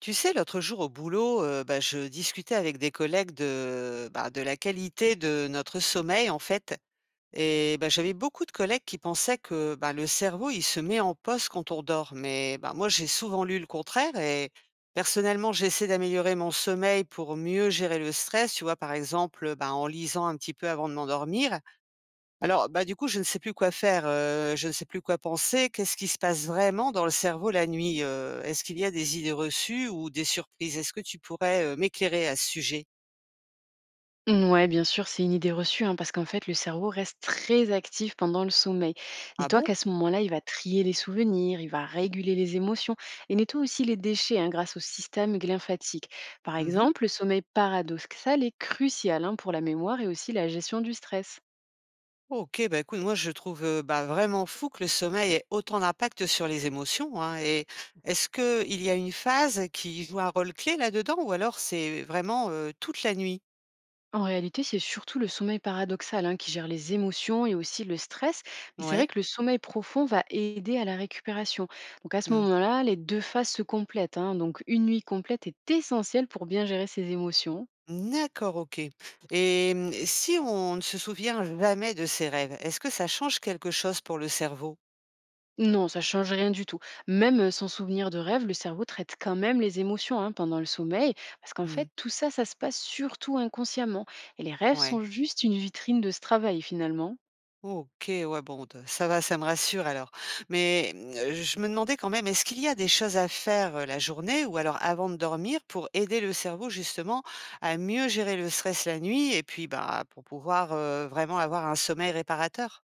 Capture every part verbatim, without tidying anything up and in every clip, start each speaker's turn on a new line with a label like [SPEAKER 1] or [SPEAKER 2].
[SPEAKER 1] Tu sais, l'autre jour au boulot, heu, bah, je discutais avec des collègues de, bah, de la qualité de notre sommeil en fait. Et bah, j'avais beaucoup de collègues qui pensaient que, bah, le cerveau, il se met en poste quand on dort. Mais bah, moi, j'ai souvent lu le contraire. Et personnellement, j'essaie d'améliorer mon sommeil pour mieux gérer le stress, tu vois, par exemple, bah, en lisant un petit peu avant de m'endormir. Alors, bah, du coup, je ne sais plus quoi faire, heu, je ne sais plus quoi penser. Qu'est-ce qui se passe vraiment dans le cerveau la nuit? Heu, est-ce qu'il y a des idées reçues ou des surprises? Est-ce que tu pourrais, heu, m'éclairer à ce sujet?
[SPEAKER 2] Mmh, ouais, bien sûr, c'est une idée reçue, hein, parce qu'en fait, le cerveau reste très actif pendant le sommeil.
[SPEAKER 1] Ah
[SPEAKER 2] Dis-toi
[SPEAKER 1] bon?
[SPEAKER 2] qu'à ce moment-là, il va trier les souvenirs, il va réguler les émotions et nettoie aussi les déchets, hein, grâce au système glymphatique. Par
[SPEAKER 1] Mmh.
[SPEAKER 2] exemple, le sommeil paradoxal est crucial, hein, pour la mémoire et aussi la gestion du stress.
[SPEAKER 1] OK, bah, écoute, moi, je trouve, heu, bah, vraiment fou que le sommeil ait autant d'impact sur les émotions, hein. Et est-ce que il y a une phase qui joue un rôle clé là-dedans, ou alors c'est vraiment, heu, toute la nuit?
[SPEAKER 2] En réalité, c'est surtout le sommeil paradoxal, hein, qui gère les émotions et aussi le stress. Mais c'est vrai
[SPEAKER 1] Ouais.
[SPEAKER 2] que le sommeil profond va aider à la récupération. Donc à ce
[SPEAKER 1] Mmh.
[SPEAKER 2] moment-là, les deux phases se complètent, hein. Donc une nuit complète est essentielle pour bien gérer ses émotions.
[SPEAKER 1] D'accord, OK. Et mmh, si on ne se souvient jamais de ses rêves, est-ce que ça change quelque chose pour le cerveau?
[SPEAKER 2] Non, ça change rien du tout. Même euh, sans souvenir de rêve, le cerveau traite quand même les émotions, hein, pendant le sommeil, parce qu'en
[SPEAKER 1] Mmh.
[SPEAKER 2] fait, tout ça, ça se passe surtout inconsciemment. Et les rêves sont
[SPEAKER 1] Ouais.
[SPEAKER 2] juste une vitrine de ce travail finalement.
[SPEAKER 1] OK, ouais, bon, d ça va, ça me rassure alors. Mais mmh, je me demandais quand même, est-ce qu'il y a des choses à faire, heu, la journée ou alors avant de dormir pour aider le cerveau justement à mieux gérer le stress la nuit et puis, bah, pour pouvoir, heu, vraiment avoir un sommeil réparateur?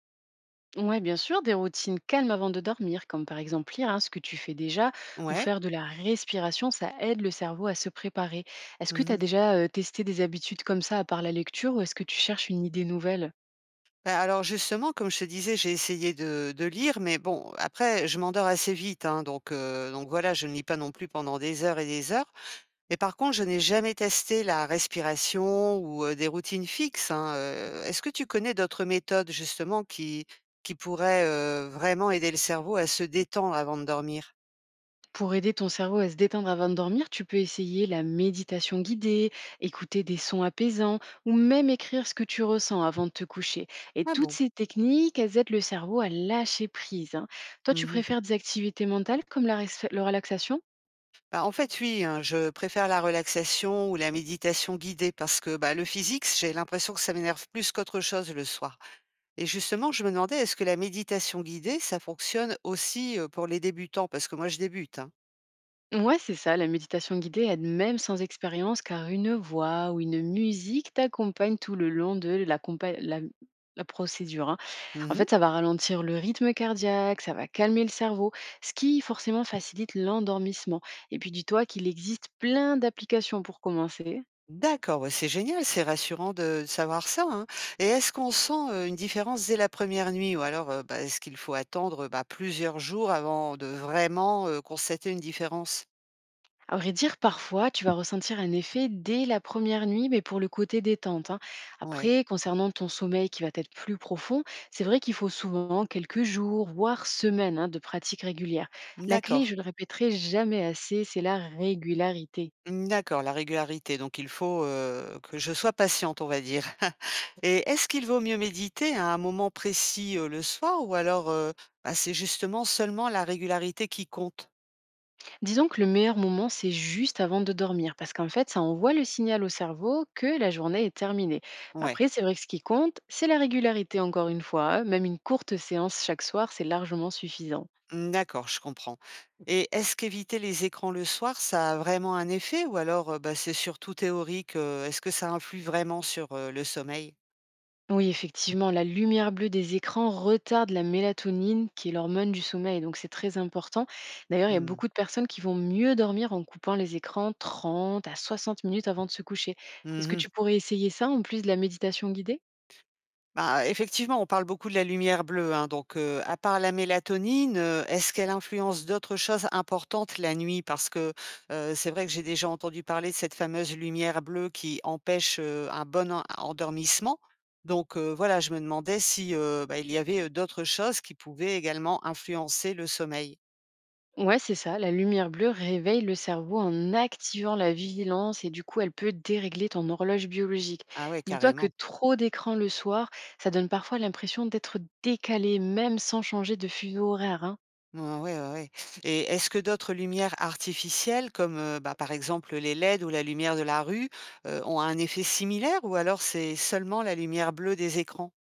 [SPEAKER 2] Ouais, bien sûr, des routines calmes avant de dormir, comme par exemple lire, hein, ce que tu fais déjà ou
[SPEAKER 1] Ouais.
[SPEAKER 2] faire de la respiration, ça aide le cerveau à se préparer. Est-ce que tu as
[SPEAKER 1] Mmh.
[SPEAKER 2] déjà euh, testé des habitudes comme ça à part la lecture ou est-ce que tu cherches une idée nouvelle?
[SPEAKER 1] Bah, alors justement, comme je te disais, j'ai essayé de de lire, mais bon, après, je m'endors assez vite, hein, donc heu, donc voilà, je ne lis pas non plus pendant des heures et des heures. Mais par contre, je n'ai jamais testé la respiration ou heu, des routines fixes, hein, heu. Est-ce que tu connais d'autres méthodes justement qui qui pourraient, heu, vraiment aider le cerveau à se détendre avant de dormir?
[SPEAKER 2] Pour aider ton cerveau à se détendre avant de dormir, tu peux essayer la méditation guidée, écouter des sons apaisants ou même écrire ce que tu ressens avant de te coucher. Et
[SPEAKER 1] Ah
[SPEAKER 2] toutes
[SPEAKER 1] bon?
[SPEAKER 2] ces techniques, elles aident le cerveau à lâcher prise, hein. Toi, tu
[SPEAKER 1] Mmh.
[SPEAKER 2] préfères des activités mentales comme la res- la relaxation?
[SPEAKER 1] Bah, en fait, oui, hein, je préfère la relaxation ou la méditation guidée parce que bah, le physique, j'ai l'impression que ça m'énerve plus qu'autre chose le soir. Et justement, je me demandais, est-ce que la méditation guidée, ça fonctionne aussi euh, pour les débutants? Parce que moi, je débute, hein.
[SPEAKER 2] Ouais, c'est ça, la méditation guidée aide même sans expérience car une voix ou une musique t'accompagne tout le long de la, compa- la- la procédure, hein. En
[SPEAKER 1] Mhm.
[SPEAKER 2] fait, ça va ralentir le rythme cardiaque, ça va calmer le cerveau, ce qui forcément facilite l'endormissement. Et puis dis-toi qu'il existe plein d'applications pour commencer.
[SPEAKER 1] D'accord, ouais, c'est génial, c'est rassurant de de savoir ça, hein. Et est-ce qu'on sent euh, une différence dès la première nuit, ou alors euh, bah, est-ce qu'il faut attendre bah, plusieurs jours avant de vraiment euh, constater une différence?
[SPEAKER 2] À vrai dire, parfois, tu vas ressentir un effet dès la première nuit, mais pour le côté détente, hein.
[SPEAKER 1] Ouais,
[SPEAKER 2] Après, concernant ton sommeil qui va être plus profond, c'est vrai qu'il faut souvent quelques jours, voire semaines, hein, de pratique régulière. La clé,
[SPEAKER 1] d'accord.
[SPEAKER 2] je le répéterai jamais assez, c'est la régularité.
[SPEAKER 1] Mmh, d'accord, la régularité, donc il faut, heu, que je sois patiente, on va dire. Et est-ce qu'il vaut mieux méditer à un moment précis, heu, le soir, ou alors, heu, bah, c'est justement seulement la régularité qui compte?
[SPEAKER 2] Disons que le meilleur moment, c'est juste avant de dormir, parce qu'en fait, ça envoie le signal au cerveau que la journée est terminée. Mais
[SPEAKER 1] Ouais,
[SPEAKER 2] après, c'est vrai que ce qui compte, c'est la régularité, encore une fois, hein. Même une courte séance chaque soir, c'est largement suffisant.
[SPEAKER 1] mmh, d'accord, je comprends. Et est-ce qu'éviter les écrans le soir, ça a vraiment un effet, ou alors, heu, bah, c'est surtout théorique? Heu, est-ce que ça influe vraiment sur, heu, le sommeil?
[SPEAKER 2] Oui, effectivement, la lumière bleue des écrans retarde la mélatonine, qui est l'hormone du sommeil, donc c'est très important. D'ailleurs, il y a
[SPEAKER 1] Mmh.
[SPEAKER 2] beaucoup de personnes qui vont mieux dormir en coupant les écrans trente à soixante minutes avant de se coucher. Est-ce que
[SPEAKER 1] Mmh.
[SPEAKER 2] tu pourrais essayer ça en plus de la méditation guidée?
[SPEAKER 1] Bah, effectivement, on parle beaucoup de la lumière bleue, hein, donc heu, à part la mélatonine, heu, est-ce qu'elle influence d'autres choses importantes la nuit? Parce que, heu, c'est vrai que j'ai déjà entendu parler de cette fameuse lumière bleue qui empêche, heu, un bon en endormissement. Donc heu, voilà, je me demandais si, heu, bah, il y avait, heu, d'autres choses qui pouvaient également influencer le sommeil.
[SPEAKER 2] Ouais, c'est ça. La lumière bleue réveille le cerveau en activant la vigilance et du coup, elle peut dérégler ton horloge biologique.
[SPEAKER 1] Ah ouais,
[SPEAKER 2] Dis-toi que
[SPEAKER 1] carrément.
[SPEAKER 2] trop d'écrans le soir, ça donne parfois l'impression d'être décalé, même sans changer de fuseau horaire, hein.
[SPEAKER 1] Ah ouais, ouais, ouais. Et est-ce que d'autres lumières artificielles, comme euh, bah, par exemple les L E D ou la lumière de la rue, euh, ont un effet similaire, ou alors c'est seulement la lumière bleue des écrans?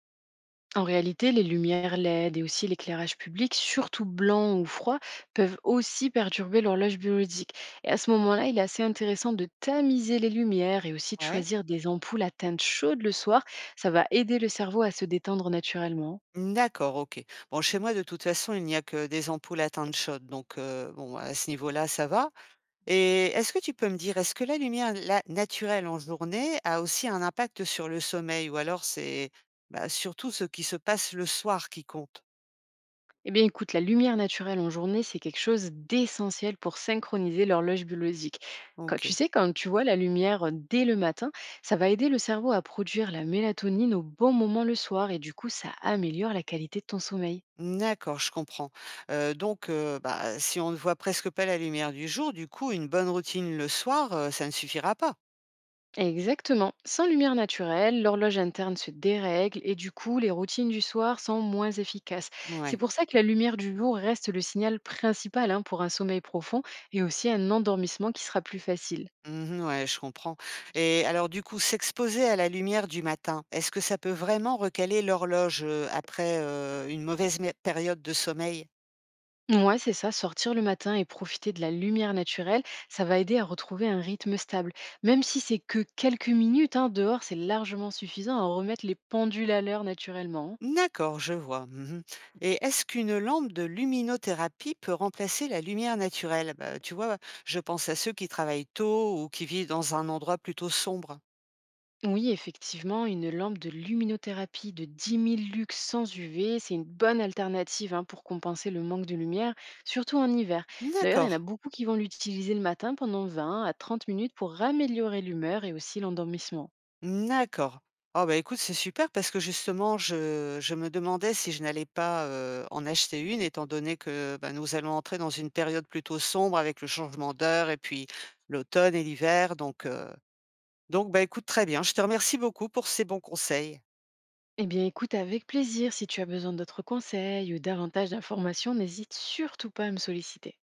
[SPEAKER 2] En réalité, les lumières L E D et aussi l'éclairage public, surtout blanc ou froid, peuvent aussi perturber l'horloge biologique. Et à ce moment-là, il est assez intéressant de tamiser les lumières et aussi de
[SPEAKER 1] Ouais.
[SPEAKER 2] choisir des ampoules à teinte chaude le soir. Ça va aider le cerveau à se détendre naturellement.
[SPEAKER 1] D'accord, ok. Bon, chez moi, de toute façon, il n'y a que des ampoules à teinte chaude, donc euh, bon, à ce niveau-là, ça va. Et est-ce que tu peux me dire, est-ce que la lumière la- naturelle en journée a aussi un impact sur le sommeil, ou alors c'est bah, surtout ce qui se passe le soir qui compte?
[SPEAKER 2] Eh bien écoute, la lumière naturelle en journée, c'est quelque chose d'essentiel pour synchroniser l'horloge biologique. Quand,
[SPEAKER 1] Ok.
[SPEAKER 2] tu sais, quand tu vois la lumière euh, dès le matin, ça va aider le cerveau à produire la mélatonine au bon moment le soir et du coup, ça améliore la qualité de ton sommeil.
[SPEAKER 1] D'accord, je comprends. Heu, donc heu, bah, si on ne voit presque pas la lumière du jour, du coup, une bonne routine le soir, heu, ça ne suffira pas?
[SPEAKER 2] Exactement. Sans lumière naturelle, l'horloge interne se dérègle et du coup, les routines du soir sont moins efficaces. C'est
[SPEAKER 1] Ouais.
[SPEAKER 2] pour ça que la lumière du jour reste le signal principal, hein, pour un sommeil profond et aussi un endormissement qui sera plus facile.
[SPEAKER 1] Mmh ouais, je comprends. Et alors du coup, s'exposer à la lumière du matin, est-ce que ça peut vraiment recaler l'horloge, heu, après, heu, une mauvaise mé période de sommeil?
[SPEAKER 2] Ouais, c'est ça, sortir le matin et profiter de la lumière naturelle, ça va aider à retrouver un rythme stable. Même si c'est que quelques minutes, hein, dehors, c'est largement suffisant à remettre les pendules à l'heure naturellement, hein.
[SPEAKER 1] D'accord, je vois. Mmh. Et est-ce qu'une lampe de luminothérapie peut remplacer la lumière naturelle? Bah, tu vois, je pense à ceux qui travaillent tôt ou qui vivent dans un endroit plutôt sombre.
[SPEAKER 2] Oui, effectivement, une lampe de luminothérapie de dix mille lux sans U V, c'est une bonne alternative, hein, pour compenser le manque de lumière, surtout en hiver. D'ailleurs, il y
[SPEAKER 1] D'accord.
[SPEAKER 2] en a beaucoup qui vont l'utiliser le matin pendant vingt à trente minutes pour améliorer l'humeur et aussi l'endormissement.
[SPEAKER 1] Mmh, d'accord. Ah bah, écoute, c'est super parce que justement je je me demandais si je n'allais pas, heu, en acheter une, étant donné que, bah, nous allons entrer dans une période plutôt sombre avec le changement d'heure et puis l'automne et l'hiver, donc, heu, donc bah, écoute très bien. Je te remercie beaucoup pour ces bons conseils.
[SPEAKER 2] Eh bien, écoute avec plaisir. Si tu as besoin d'autres conseils ou davantage d'informations, n'hésite surtout pas à me solliciter.